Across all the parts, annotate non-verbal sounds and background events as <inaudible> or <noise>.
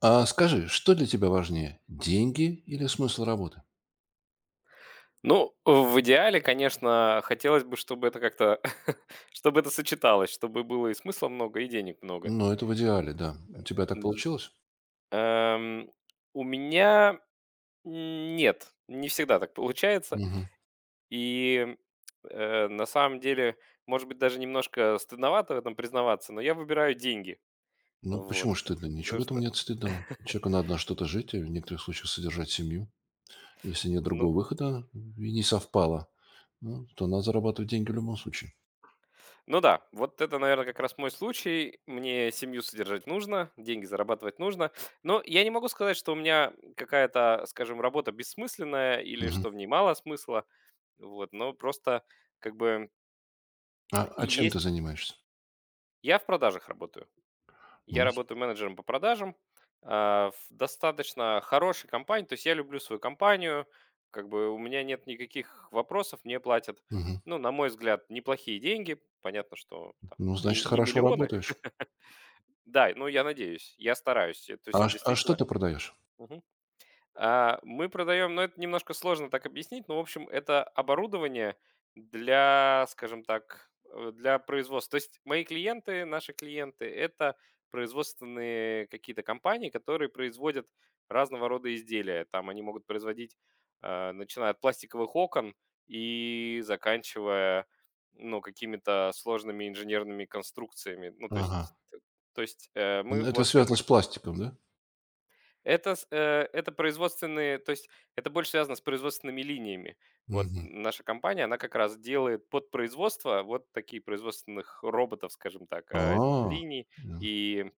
А скажи, что для тебя важнее, деньги или смысл работы? Ну, в идеале, конечно, хотелось бы, чтобы это как-то, <laughs> чтобы это сочеталось, чтобы было и смысла много, и денег много. Ну, это в идеале, да. У тебя так Д- получилось? эм, у меня нет, не всегда так получается. Мгм. И на самом деле, может быть, даже немножко стыдновато в этом признаваться, но я выбираю деньги. Ну, Вот. почему ж стыдно? Ничего Потому в этом что, нет стыдного. Человеку надо на что-то жить, и в некоторых случаях содержать семью. Если нет ну. другого выхода и не совпало, ну, то надо зарабатывать деньги в любом случае. Ну да, вот это, наверное, как раз мой случай. Мне семью содержать нужно, деньги зарабатывать нужно. Но я не могу сказать, что у меня какая-то, скажем, работа бессмысленная или Мгм. что в ней мало смысла. Вот, но просто как бы А чем ты есть... занимаешься? Я в продажах работаю. Я Ну, с- работаю менеджером по продажам в достаточно хорошей компании. То есть я люблю свою компанию, как бы у меня нет никаких вопросов, мне платят, Мгм. ну, на мой взгляд, неплохие деньги. Понятно, что там Ну, не, значит, не хорошо миллионы. работаешь. Да, ну, я надеюсь, я стараюсь. То есть я А что действительно. ты продаешь? Мгм. Мы продаем, но это немножко сложно так объяснить, но, в общем, это оборудование для, скажем так, для производства. То есть мои клиенты, наши клиенты – это производственные какие-то компании, которые производят разного рода изделия. Там они могут производить, начиная от пластиковых окон и заканчивая, ну, какими-то сложными инженерными конструкциями. Ну, то Ага. есть, то есть мы Ну, это вот как связано бы с пластиком, да? это это производственные, то есть это больше связано с производственными линиями. Вот Мгм. наша компания, она как раз делает под производство вот такие производственных роботов, скажем так, А, линий и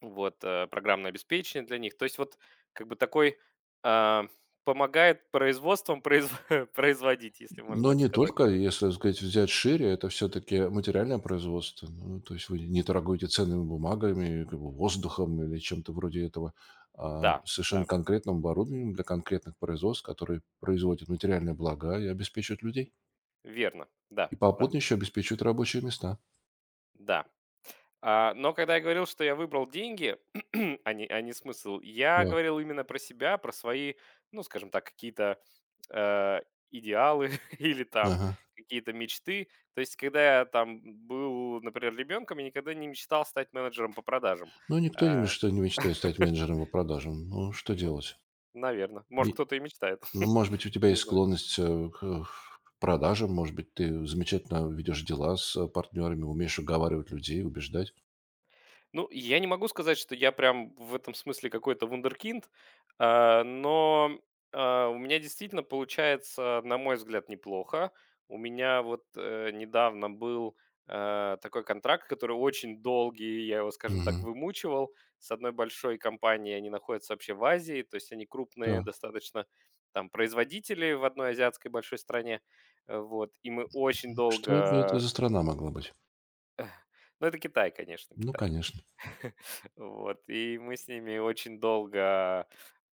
вот, программное обеспечение для них. То есть вот как бы такой, а, помогает производством произво <laughs> производить, если можно Но так не сказать. только, если, так сказать, взять шире, это все-таки материальное производство. Ну, то есть вы не торгуете ценными бумагами, как бы воздухом или чем-то вроде этого, а Да, совершенно да, конкретным оборудованием для конкретных производств, которые производят материальные блага и обеспечивают людей. верно. Да, И да, попутно еще обеспечивают рабочие места. да. Но когда я говорил, что я выбрал деньги, <clears throat> а не смысл, я Так. говорил именно про себя, про свои, ну, скажем так, какие-то э, идеалы <laughs> или там Ага. какие-то мечты. То есть, когда я там был, например, ребенком, я никогда не мечтал стать менеджером по продажам. Ну, никто не А, мечтает, не мечтает стать менеджером по продажам. Ну, что ну, делать? наверное. Может, кто-то и мечтает. Ну, может <laughs> быть, у тебя Не есть знаю. склонность к продажам, может быть, ты замечательно ведешь дела с партнерами, умеешь уговаривать людей, убеждать. Ну, я не могу сказать, что я прям в этом смысле какой-то вундеркинд, а, но, у меня действительно получается, на мой взгляд, неплохо. У меня вот, недавно был, такой контракт, который очень долгий, я его, скажем так, Мгм. вымучивал с одной большой компанией. Они находятся вообще в Азии, то есть они крупные Так. достаточно, там производители в одной азиатской большой стране. Вот, и мы очень Что бы это долго. за страна могла быть? Ну, это Китай, конечно, Ну, Китай. конечно. <laughs> Вот, и мы с ними очень долго,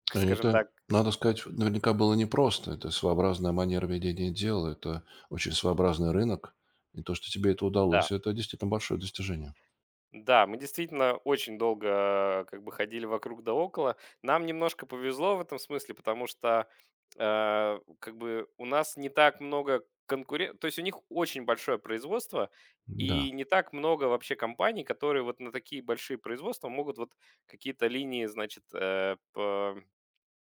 к скажем Это, так, надо м, сказать, наверняка было непросто. Это своеобразная манера ведения дела, это очень своеобразный рынок. И то, что тебе это да, удалось, это действительно большое достижение. да, мы действительно очень долго как бы ходили вокруг да около. Нам немножко повезло в этом смысле, потому что, как бы у нас не так много конкурен то есть у них очень большое производство, Да. и не так много вообще компаний, которые вот на такие большие производства могут вот какие-то линии, значит,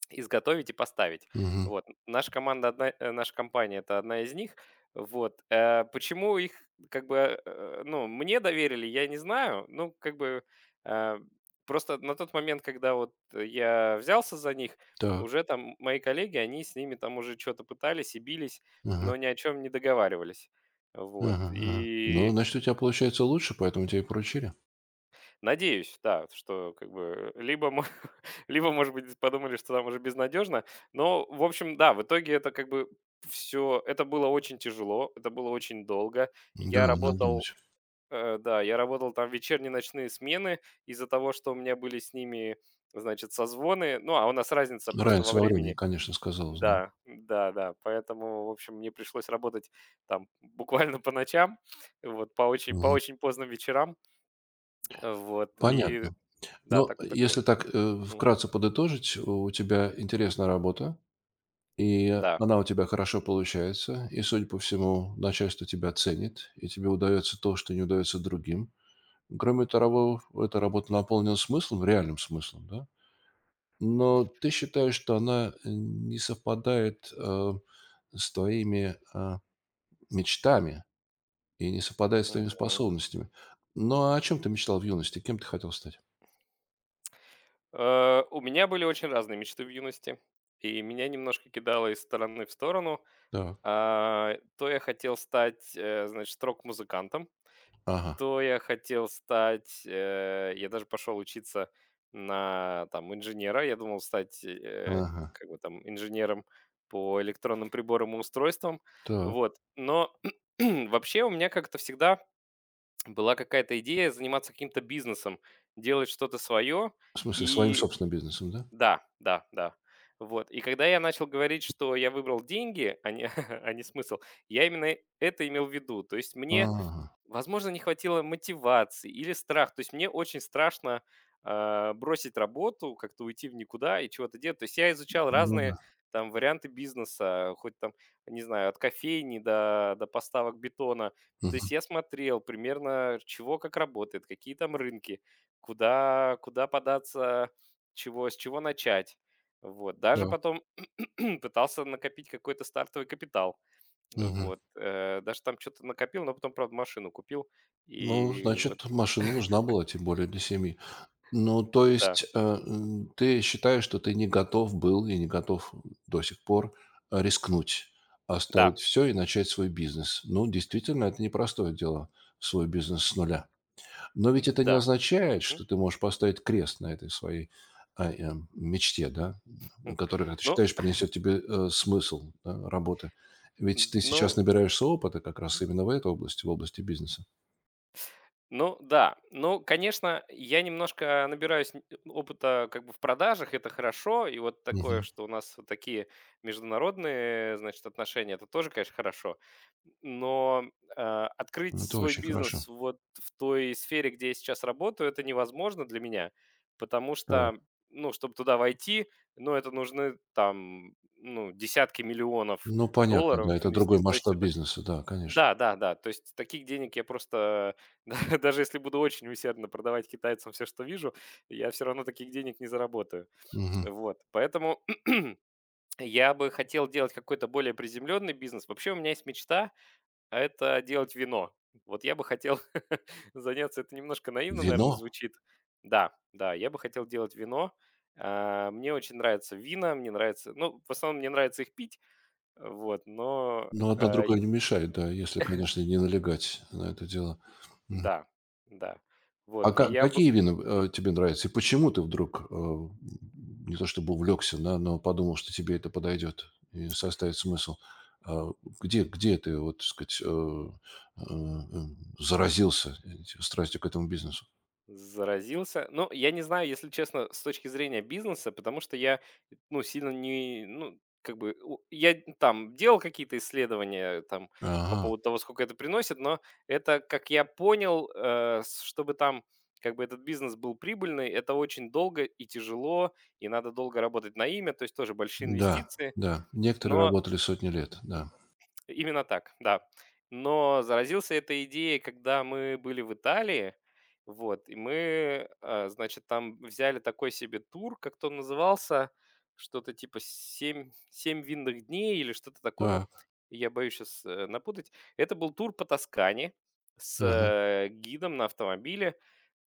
изготовить и поставить. Мгм. Вот. Наша компания — это одна из них. Вот, почему их как бы, ну, мне доверили, я не знаю. Ну, как бы, э, просто на тот момент, когда вот я взялся за них, Так. уже там мои коллеги, они с ними там уже что то пытались и бились, Ага. но ни о чем не договаривались. Вот, Ага, ага. Ну, и значит, у тебя получается лучше, поэтому тебе и поручили. надеюсь, да, что как бы либо мы, <laughs> либо, может быть, подумали, что там уже безнадежно. Но, в общем, да, в итоге это как бы все, это было очень тяжело, это было очень долго. Да, Я надо работал, думать. Да, я работал там вечерние, ночные смены из-за того, что у меня были с ними, значит, созвоны. Ну, а у нас разница просто во Разница во времени, времени. конечно, сказалась, да. Да, да, да. Поэтому, в общем, мне пришлось работать там буквально по ночам, вот, по Мгм. очень поздним вечерам. Вот. И Понятно. да, Но так такой. если так, Мгм. вкратце подытожить, у тебя интересная работа, и Да. она у тебя хорошо получается, и, судя по всему, начальство тебя ценит, и тебе удается то, что не удается другим. Кроме того, эта работа наполнена смыслом, реальным смыслом, да? Но ты считаешь, что она не совпадает, с твоими, мечтами, и не совпадает с твоими Мгм. способностями. Ну, а о чем ты мечтал в юности? Кем ты хотел стать? У меня были очень разные мечты в юности, и меня немножко кидало из стороны в сторону. Так. То я хотел стать, значит, рок-музыкантом, Ага. то я хотел стать, я даже пошел учиться на там инженера. Я думал стать, Ага. как бы там инженером по электронным приборам и устройствам. Так. Вот. Но <clears throat> вообще у меня как-то всегда была какая-то идея заниматься каким-то бизнесом, делать что-то свое. В смысле, своим И собственным бизнесом, да? да, да, да. Вот. И когда я начал говорить, что я выбрал деньги, а не, <laughs> а не смысл, я именно это имел в виду. То есть мне, Ага. возможно, не хватило мотивации или страх. То есть мне очень страшно, бросить работу, как-то уйти в никуда и чего-то делать. То есть я изучал Ну разные да. там варианты бизнеса, хоть там, не знаю, от кофейни до поставок бетона. То есть Мгм. я смотрел примерно, чего как работает, какие там рынки, куда податься, с чего начать. Вот. Даже Так. потом <clears throat> пытался накопить какой-то стартовый капитал. Мгм. Вот, даже там что то накопил, но потом, правда, машину купил. Ну, И вот значит, машина нужна была, тем более для семьи. Ну, то да, есть, ты считаешь, что ты не готов был и не готов до сих пор, рискнуть, да, оставить все и начать свой бизнес. Ну, действительно, это непростое дело- свой бизнес с нуля. Но ведь это не да. означает, Мгм. что ты можешь поставить крест на этой своей, мечте, да, М. которая, как ты Ну, считаешь, принесет тебе, смысл, да, работы. Ведь ты сейчас ну. набираешься опыта как раз именно в этой области, в области бизнеса. Ну да, ну, конечно, я немножко набираюсь опыта как бы в продажах, это хорошо, и вот такое, Мгм. что у нас вот такие международные, значит, отношения, это тоже, конечно, хорошо, но э, открыть Это свой очень хорошо. бизнес вот в той сфере, где я сейчас работаю, это невозможно для меня, потому Так. что, ну, чтобы туда войти, ну, это нужны там, ну, десятки миллионов Ну, понятно, долларов да, это другой инвестиций, то есть масштаб это бизнеса, да, конечно. да, да, да. То есть таких денег я просто, <laughs> да, даже если буду очень усердно продавать китайцам все, что вижу, я все равно таких денег не заработаю. Мгм. Вот, поэтому <clears throat> я бы хотел делать какой-то более приземленный бизнес. Вообще у меня есть мечта, а это делать вино. Вот я бы хотел <laughs> заняться, это немножко наивно, наверное, Вино? звучит. Да, да, я бы хотел делать вино. Мне очень нравятся вина, мне нравится, ну, в основном мне нравится их пить, вот, Но одно другое не мешает, да, если, конечно, не налегать на это дело. да, да. А Вот, и ка я бы какие вина, тебе нравятся? И почему ты вдруг, не то чтобы увлекся, да, но подумал, что тебе это подойдет и составит смысл? А, где ты, вот, так сказать, э, э, заразился эти страстью к этому бизнесу? заразился. Ну, я не знаю, если честно, с точки зрения бизнеса, потому что я, ну, сильно не, ну, как бы, я там делал какие-то исследования там по Ага, поводу того, сколько это приносит, но это, как я понял, чтобы там как бы этот бизнес был прибыльный, это очень долго и тяжело, и надо долго работать на имя, то есть тоже большие да, инвестиции, да. Некоторые но работали сотни лет, да. именно так, да. Но заразился этой идеей, когда мы были в Италии. Вот, и мы, значит, там взяли такой себе тур, как-то он назывался, что-то типа семь винных дней или что-то такое. Так, Я боюсь сейчас напутать. Это был тур по Тоскане с мгм, гидом на автомобиле.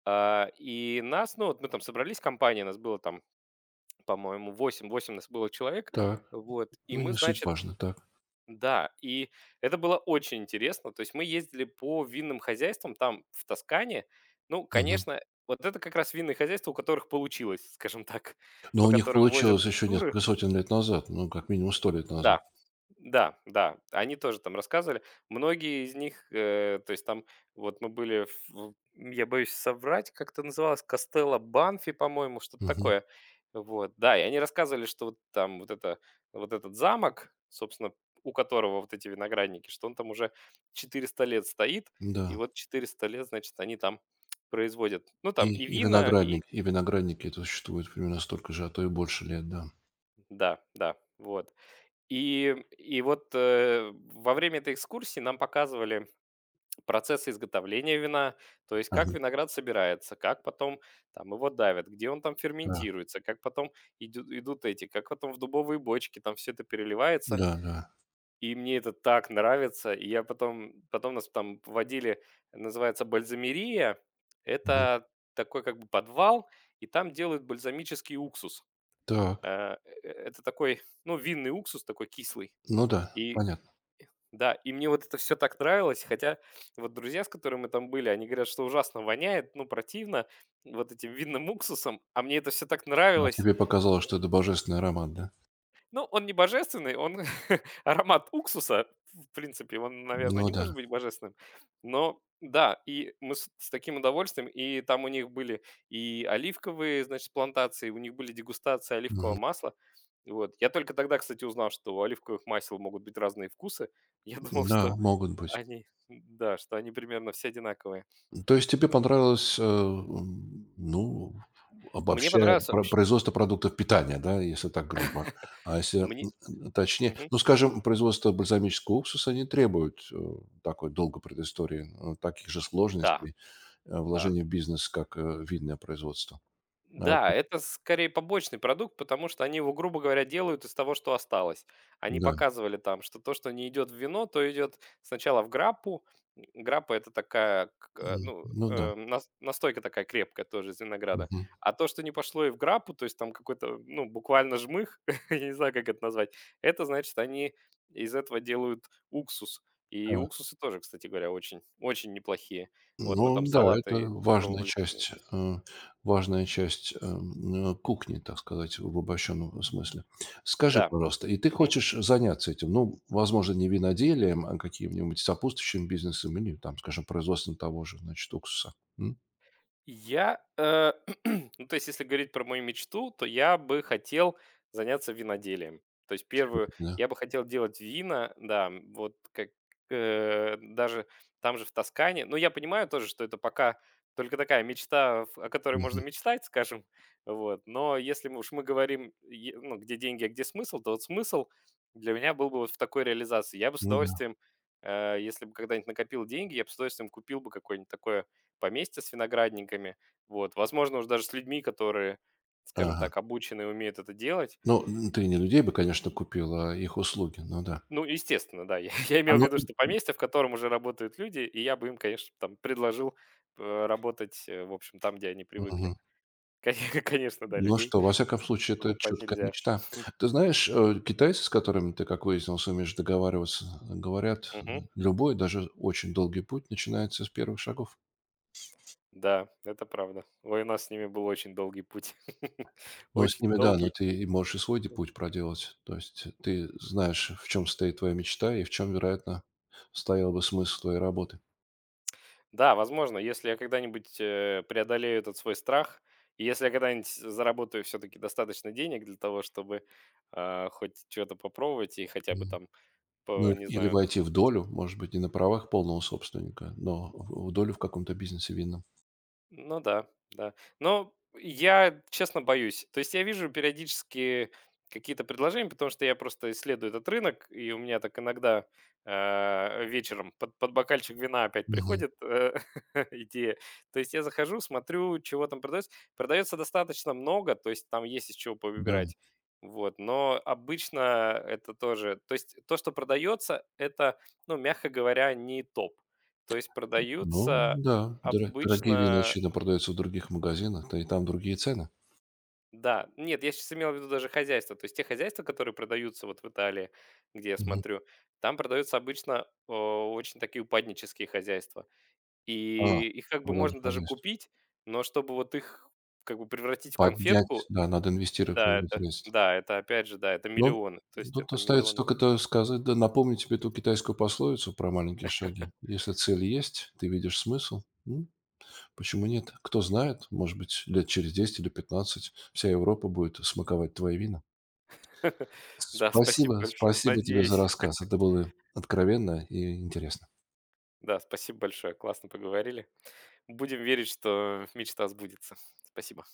И нас, ну, вот мы там собрались, компания, нас было там, по-моему, восемь-8 нас было человек. так. Вот, и Ну, мы, не суть значит, важно, так. да, и это было очень интересно. То есть мы ездили по винным хозяйствам там, в Тоскане. Ну, Мгм. конечно, вот это как раз винные хозяйства, у которых получилось, скажем так, <laughs> Но по у них которым возят получилось еще туры. несколько сотен лет назад, ну, как минимум 100 лет назад. Да, да, да, они тоже там рассказывали. Многие из них, то есть там вот мы были, я боюсь соврать, как это называлось, Костелло Банфи, по-моему, что-то Мгм. такое. Вот, да, и они рассказывали, что вот там вот, это, вот этот замок, собственно, у которого вот эти виноградники, что он там уже 400 лет стоит, и Да. вот 400 лет, значит, они там производят, ну, И там и и вина, и... виноградник, и виноградники это существует примерно столько же, а то и больше лет, да. Да, да, вот. И, и вот во время этой экскурсии нам показывали процесс изготовления вина, то есть как Ага, виноград собирается, как потом там его давят, где он там да, ферментируется, как потом идут эти, как потом в дубовые бочки там все это переливается. да, да. И мне это так нравится. И я потом, потом нас там водили, называется бальзамерия. Мгм. Это такой как бы подвал, и там делают бальзамический уксус. Так, Это такой, ну, винный уксус такой кислый. ну да, И понятно. да, и мне вот это все так нравилось, хотя вот друзья, с которыми мы там были, они говорят, что ужасно воняет, ну, противно вот этим винным уксусом, а мне это все так А нравилось. тебе показалось, что это божественный аромат, да? Ну, он не божественный, он <laughs> аромат уксуса, в принципе, он, наверное, Ну не да. может быть божественным. Но да, и мы с таким удовольствием, и там у них были и оливковые, значит, плантации, у них были дегустации оливкового Мгм. масла. Вот. Я только тогда, кстати, узнал, что у оливковых масел могут быть разные вкусы. <laughs> Я думал, Да, что могут быть. они, да, что они примерно все одинаковые. То есть тебе понравилось, ну, Мне обобщая, понравился, про вообще производство продуктов питания, да, если так грубо. А если, мне. Точнее, Мгм. ну, скажем, производство бальзамического уксуса не требует, такой долгой предыстории, таких же Да, сложностей. Да, Вложения в бизнес как, видное производство. А, то да, есть это скорее побочный продукт, потому что они его, грубо говоря, делают из того, что осталось. Они да, показывали там, что то, что не идет в вино, то идет сначала в граппу. Граппа это такая, ну, ну да, настойка такая крепкая тоже из винограда. мгм, А то, что не пошло и в граппу, то есть там какой-то, ну, буквально жмых, <laughs> я не знаю, как это назвать, это значит, они из этого делают уксус. И да. уксусы тоже, кстати говоря, очень, очень неплохие. Вот мы Ну там да, это салаты важная пробовали с ним. часть, кухни, так сказать, в обобщенном смысле. Скажи, Да. пожалуйста, и ты хочешь заняться этим, ну, возможно, не виноделием, а каким-нибудь сопутствующим бизнесом или, там, скажем, производством того же, значит, уксуса? Я, <clears throat> ну, то есть, если говорить про мою мечту, то я бы хотел заняться виноделием. То есть, первую, Все-таки, да? я бы хотел делать вина, да, вот как даже там же в Тоскане. Но я понимаю тоже, что это пока только такая мечта, о которой можно Мгм. мечтать, скажем, вот. Но если мы уж мы говорим, ну, где деньги, а где смысл, то вот смысл для меня был бы вот в такой реализации. Я бы с Ну да. удовольствием, если бы когда-нибудь накопил деньги, я бы с удовольствием купил бы какое-нибудь такое поместья с виноградниками. Вот, возможно, уже даже с людьми, которые, скажем Ага. так, обучены и умеют это делать. Ну, н ты не людей бы, конечно, купила, а их услуги, ну да. Ну, естественно, да, <laughs> я А имел в ну. виду, что поместье, в котором уже работают люди, и я бы им, конечно, там предложил работать, в общем, там, где они привыкли. Мгм. <laughs> Конечно, да, Ну людей что, во всяком случае, это покупать чуткая нельзя. мечта. Ты знаешь, китайцы, с которыми ты, как выяснилось, умеешь договариваться, говорят, Мгм. любой, даже очень долгий путь начинается с первых шагов. Да, это правда. Ой, у нас с ними был очень долгий путь. <laughs> Но с Очень ними, да, но долгий. ты и можешь и свой путь проделать. То есть ты знаешь, в чем стоит твоя мечта и в чем, вероятно, стоял бы смысл твоей работы. Да, возможно, если я когда-нибудь, преодолею этот свой страх, и если я когда-нибудь заработаю все таки достаточно денег для того, чтобы, хоть что то попробовать и хотя бы Мгм. там Ну, не или знаю. войти в долю, может быть, не на правах полного собственника, но в долю в каком-то бизнесе винном. Ну да, да. Но я, честно, боюсь. То есть я вижу периодически какие-то предложения, потому что я просто исследую этот рынок, и у меня так иногда вечером под бокальчик вина опять Мгм. приходит <laughs> идея. То есть я захожу, смотрю, чего там продается. Продается достаточно много, то есть там есть из чего Да. повыбирать. Вот, но обычно это тоже... То есть то, что продается, это, ну, мягко говоря, не топ. То есть Ну продаются да, дорогие вина, обычно. очевидно, продаются в других магазинах, да и там другие цены. Да, нет, я сейчас имел в виду даже хозяйство. То есть те хозяйства, которые продаются вот в Италии, где я Мгм. смотрю, там продаются обычно очень такие упаднические хозяйства. А, И их как бы продажа можно даже хозяйства. купить, но чтобы вот их как бы превратить в Поднять, конфетку, да, надо инвестировать новые средства. да, это опять же, да, это Ну, миллионы. То есть тут это остается миллионы. только то сказать, да напомнить тебе эту китайскую пословицу про маленькие шаги. Если цель есть, ты видишь смысл, почему нет? Кто знает, может быть, лет через 10 или 15 вся Европа будет смаковать твои вина. <laughs> Да, спасибо Спасибо, большое, спасибо тебе за надеюсь. рассказ. Это было откровенно и интересно. Да, спасибо большое, классно поговорили. Будем верить, что мечта сбудется. Спасибо.